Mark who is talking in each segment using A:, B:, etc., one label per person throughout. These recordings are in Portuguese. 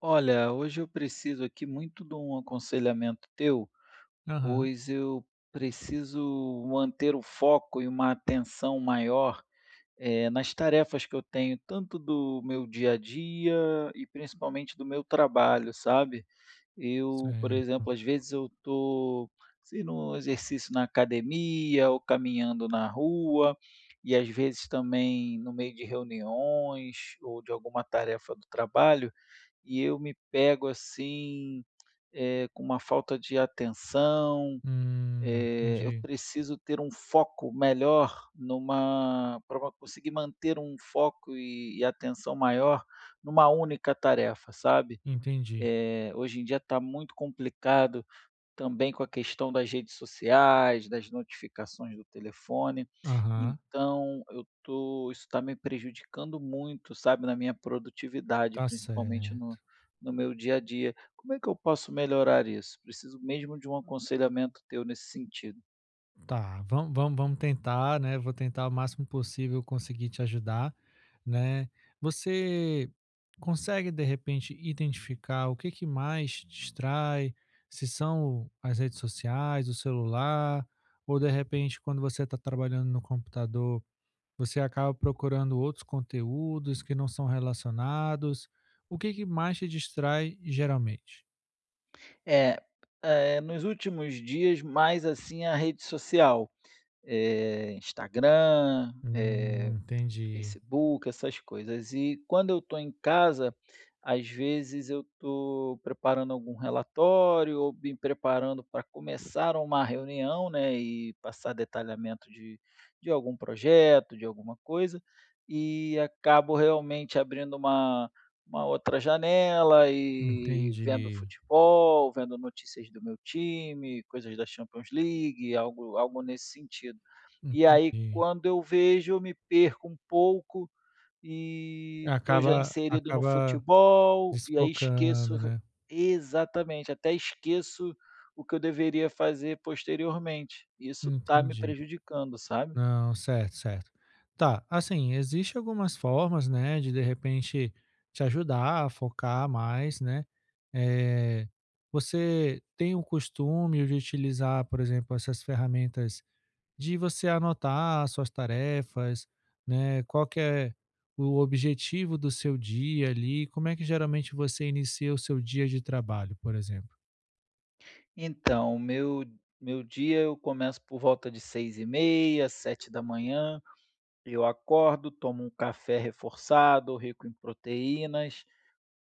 A: Olha, hoje eu preciso aqui muito de um aconselhamento teu,
B: Aham,
A: pois eu preciso manter o foco e uma atenção maior, nas tarefas que eu tenho, tanto do meu dia a dia e principalmente do meu trabalho, sabe? Eu, por
B: certo.
A: exemplo, às vezes eu estou, no exercício na academia ou caminhando na rua, e às vezes também no meio de reuniões ou de alguma tarefa do trabalho e eu me pego assim, com uma falta de atenção. Eu
B: Entendi,
A: preciso ter um foco melhor numa para conseguir manter um foco e atenção maior numa única tarefa, sabe.
B: entendi.
A: Hoje em dia está muito complicado também com a questão das redes sociais, das notificações do telefone,
B: Aham,
A: então eu tô isso está me prejudicando muito, sabe, na minha produtividade,
B: tá
A: principalmente
B: certo.
A: no meu dia a dia. Como é que eu posso melhorar isso? Preciso mesmo de um aconselhamento teu nesse sentido.
B: Tá, vamos tentar, né, vou tentar o máximo possível conseguir te ajudar, né. Você consegue, de repente, identificar o que que mais te distrai? Se são as redes sociais, o celular, ou de repente quando você está trabalhando no computador, você acaba procurando outros conteúdos que não são relacionados. O que que mais te distrai geralmente?
A: É, nos últimos dias mais, assim, a rede social, Instagram,
B: Entendi,
A: Facebook, essas coisas. E quando eu estou em casa, às vezes eu estou preparando algum relatório ou me preparando para começar uma reunião, né, e passar detalhamento de algum projeto, de alguma coisa, e acabo realmente abrindo uma outra janela e vendo
B: entendi,
A: futebol, vendo notícias do meu time, coisas da Champions League, algo nesse sentido. E aí
B: entendi.
A: quando eu vejo, eu me perco um pouco e tô
B: Acaba
A: já inserido no
B: acaba
A: futebol, e aí esqueço
B: desfocando, né.
A: exatamente, até esqueço o que eu deveria fazer posteriormente. Isso tá me
B: Entendi.
A: prejudicando, sabe.
B: Não, certo, certo. Tá, assim, existe algumas formas, né, de repente te ajudar a focar mais, né. Eh, Você tem o costume de utilizar, por exemplo, essas ferramentas de você anotar suas tarefas, né? Qual que é o objetivo do seu dia ali? Como é que geralmente você inicia o seu dia de trabalho, por exemplo?
A: Então, meu dia eu começo por volta de seis e meia sete da manhã. Eu acordo, tomo um café reforçado, rico em proteínas.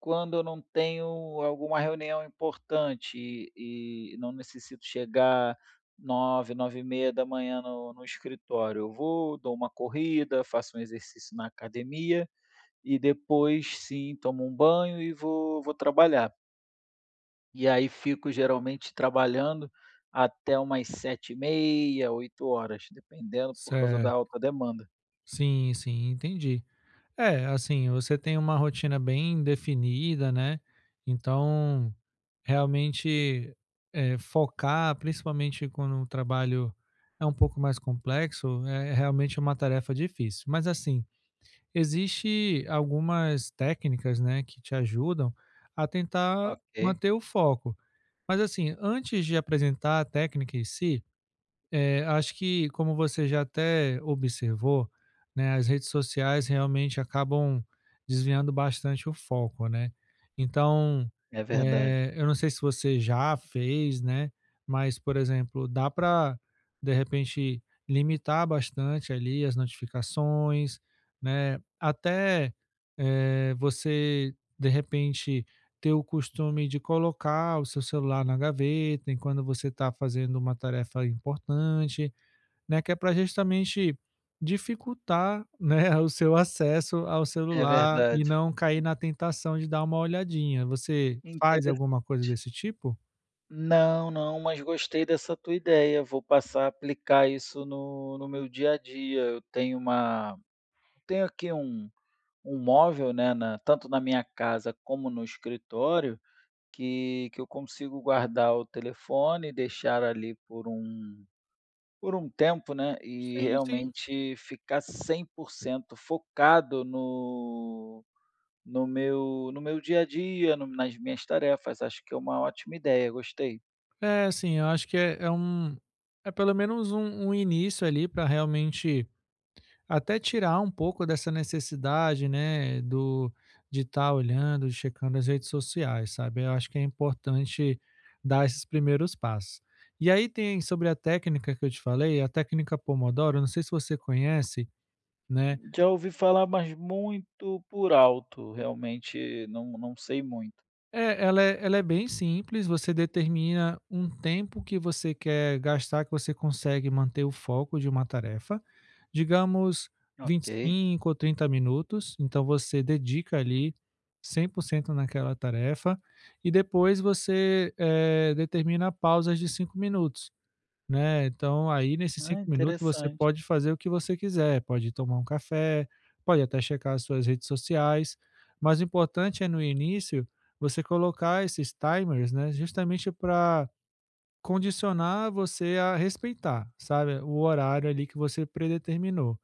A: Quando eu não tenho alguma reunião importante e não necessito chegar nove h 9 9h30 no escritório, eu vou, dou uma corrida, faço um exercício na academia e depois sim tomo um banho e vou trabalhar. E aí fico geralmente trabalhando até umas sete e meia oito horas, dependendo por causa da
B: Certo.
A: alta demanda.
B: Sim, sim, entendi. É, assim, você tem uma rotina bem definida, né? Então, realmente é, focar, principalmente quando o trabalho é um pouco mais complexo, é realmente uma tarefa difícil. Mas assim, existe algumas técnicas, né, que te ajudam a tentar
A: Ok,
B: manter o foco. Mas assim, antes de apresentar a técnica em si, é, acho que, como você já até observou, né, as redes sociais realmente acabam desviando bastante o foco, né? Então,
A: é verdade.
B: eu não sei se você já fez, né? Mas, por exemplo, dá para, de repente, limitar bastante ali as notificações, né? Até você, de repente, ter o costume de colocar o seu celular na gaveta enquanto você está fazendo uma tarefa importante, né, que é para justamente dificultar, né, o seu acesso ao
A: É
B: celular e
A: verdade.
B: não cair na tentação de dar uma olhadinha. Você faz
A: Interessante.
B: alguma coisa desse tipo?
A: Não, não, mas gostei dessa tua ideia. Vou passar a aplicar isso no meu dia a dia. Eu tenho uma, tenho aqui um, um móvel, né, tanto na minha casa como no escritório, que eu consigo guardar o telefone, deixar ali por um tempo, né, e
B: Sim, sim.
A: realmente ficar 100% focado no meu dia a dia, nas minhas tarefas. Acho que é uma ótima ideia. Gostei.
B: É, assim, eu acho que é pelo menos um início ali para realmente até tirar um pouco dessa necessidade, né, do de estar olhando, checando as redes sociais, sabe. Eu acho que é importante dar esses primeiros passos. E aí tem sobre a técnica que eu te falei, a técnica Pomodoro, não sei se você conhece, né.
A: Já ouvi falar, mas muito por alto, realmente não sei muito.
B: É, ela é bem simples, você determina um tempo que você quer gastar, que você consegue manter o foco de uma tarefa, digamos vinte e
A: Ok.
B: cinco ou 30 minutos, então você dedica ali 100% naquela tarefa e depois você, determina pausas de 5 minutos. Né, então aí nesses
A: Ah,
B: 5 minutos você
A: interessante.
B: pode fazer o que você quiser, pode tomar um café, pode até checar as suas redes sociais, mas o importante é no início você colocar esses timers, né, justamente para condicionar você a respeitar, sabe, o horário ali que você predeterminou.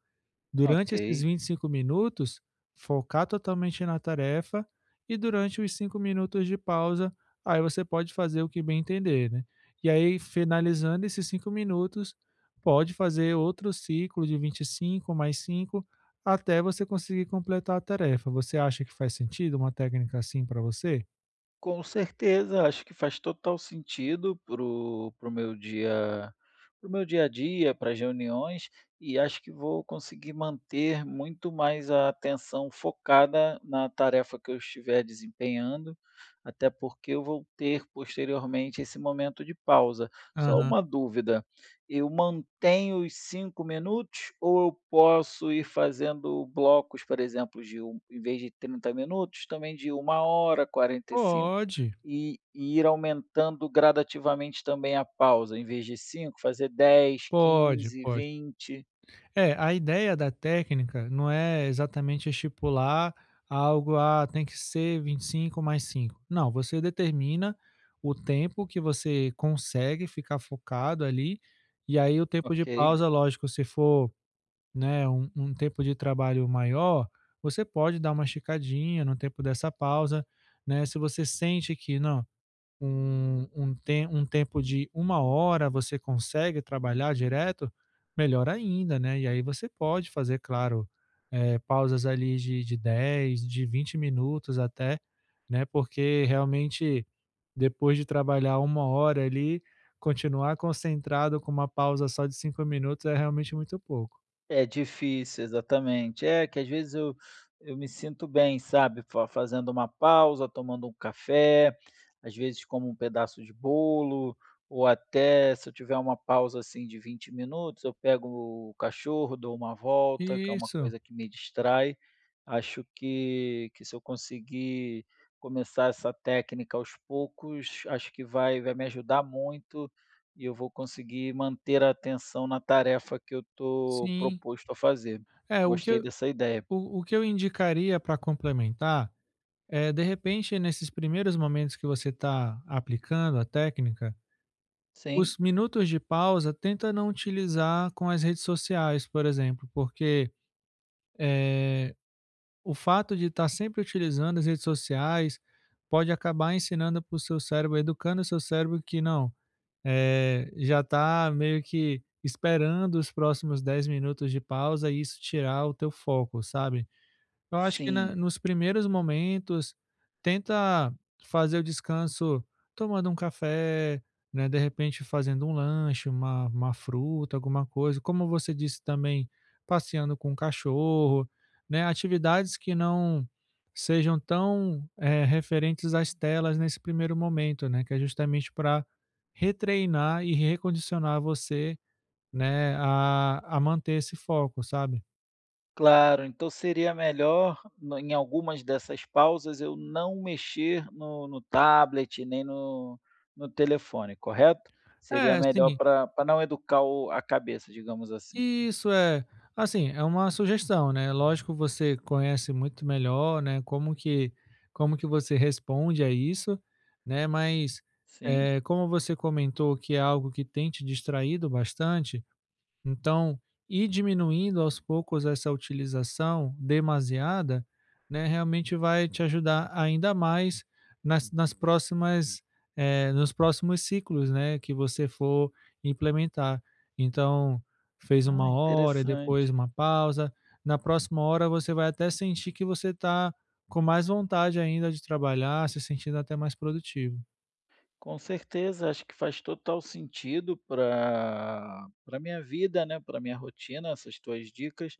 A: Ok.
B: Durante esses 25 minutos, focar totalmente na tarefa, e durante os 5 minutos de pausa, aí você pode fazer o que bem entender, né. E aí finalizando esses 5 minutos, pode fazer outro ciclo de 25 mais 5 até você conseguir completar a tarefa. Você acha que faz sentido uma técnica assim para você?
A: Com certeza, acho que faz total sentido pro pro meu dia a dia, para as reuniões, e acho que vou conseguir manter muito mais a atenção focada na tarefa que eu estiver desempenhando, até porque eu vou ter posteriormente esse momento de pausa. Só
B: Aham.
A: uma dúvida, eu mantenho os 5 minutos ou eu posso ir fazendo blocos, por exemplo, de um, em vez de 30 minutos, também de uma hora, 45
B: Pode,
A: e ir aumentando gradativamente também a pausa, em vez de 5 fazer dez
B: pode,
A: quinze
B: pode.
A: vinte
B: É, a ideia da técnica não é exatamente estipular algo, ah, tem que ser 25 mais 5. Não, você determina o tempo que você consegue ficar focado ali, e aí o tempo de
A: ok?
B: pausa, lógico, se for, né, um tempo de trabalho maior, você pode dar uma esticadinha no tempo dessa pausa, né? Se você sente que, não, um um tem um tempo de uma hora, você consegue trabalhar direto, melhor ainda, né. E aí você pode fazer, claro, pausas ali de 10 a 20 minutos até, né, porque realmente depois de trabalhar uma hora ali, continuar concentrado com uma pausa só de 5 minutos é realmente muito pouco.
A: É difícil, exatamente. É que às vezes eu me sinto bem, sabe, fa fazendo uma pausa, tomando um café, às vezes como um pedaço de bolo, ou até se eu tiver uma pausa, assim, de 20 minutos, eu pego o cachorro, dou uma volta, que é uma
B: Isso,
A: coisa que me distrai. Acho que se eu conseguir começar essa técnica aos poucos, acho que vai me ajudar muito e eu vou conseguir manter a atenção na tarefa que eu estou
B: sim.
A: proposto a fazer.
B: É, o que
A: Gostei
B: eu
A: dessa ideia.
B: o o que eu indicaria para complementar. De repente, nesses primeiros momentos que você está aplicando a técnica,
A: Sim,
B: os minutos de pausa tenta não utilizar com as redes sociais, por exemplo, porque o fato de estar sempre utilizando as redes sociais pode acabar ensinando para o seu cérebro, educando o seu cérebro que não, já está meio que esperando os próximos 10 minutos de pausa e isso tirar o teu foco, sabe? Eu acho que na
A: sim,
B: nos primeiros momentos, tenta fazer o descanso tomando um café, né, de repente fazendo um lanche, uma fruta, alguma coisa, como você disse também, passeando com o cachorro, né, atividades que não sejam tão, referentes às telas nesse primeiro momento, né, que é justamente para retreinar e recondicionar você, né, a manter esse foco, sabe.
A: claro. Então seria melhor, em algumas dessas pausas, eu não mexer no tablet nem no telefone, correto? Seria
B: É,
A: melhor
B: sim.
A: para não educar a cabeça, digamos assim.
B: Isso, é. Assim, é uma sugestão, né, lógico você conhece muito melhor, né, como que você responde a isso, né, mas,
A: Sim.
B: como você comentou que é algo que tem te distraído bastante, então, ir diminuindo aos poucos essa utilização demasiada, né, realmente vai te ajudar ainda mais nas próximas, nos próximos ciclos, né, que você for implementar. Então, fez uma
A: Ah,
B: hora e depois
A: interessante.
B: uma pausa. Na próxima hora você vai até sentir que você está com mais vontade ainda de trabalhar, se sentindo até mais produtivo.
A: Com certeza, acho que faz total sentido para minha vida, né, para minha rotina, essas tuas dicas.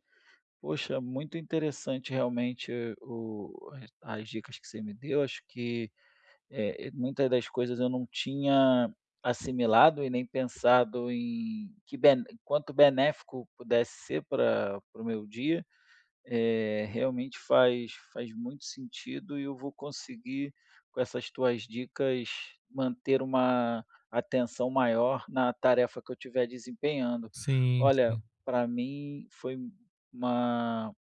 A: Poxa, muito interessante realmente o, as dicas que você me deu. Acho que muitas das coisas eu não tinha assimilado e nem pensado em que quanto benéfico pudesse ser para o meu dia. Realmente faz muito sentido e eu vou conseguir, com essas tuas dicas, manter uma atenção maior na tarefa que eu estiver desempenhando.
B: Sim,
A: Olha,
B: sim.
A: para mim foi uma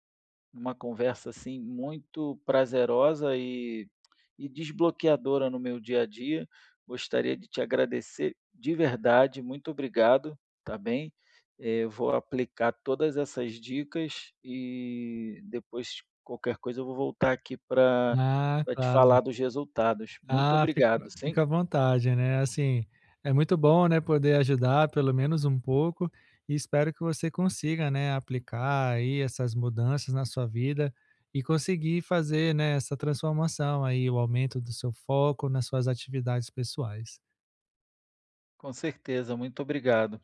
A: uma conversa, assim, muito prazerosa e desbloqueadora no meu dia a dia. Gostaria de te agradecer de verdade, muito obrigado, tá bem? Eu vou aplicar todas essas dicas e depois qualquer coisa eu vou voltar aqui para
B: Ah,
A: te
B: claro.
A: falar dos resultados. Muito
B: Ah,
A: obrigado,
B: fica
A: sim,
B: fica à vontade, né, assim, é muito bom, né, poder ajudar pelo menos um pouco e espero que você consiga, né, aplicar aí essas mudanças na sua vida e conseguir fazer, né, essa transformação aí, o aumento do seu foco nas suas atividades pessoais.
A: com certeza, muito obrigado.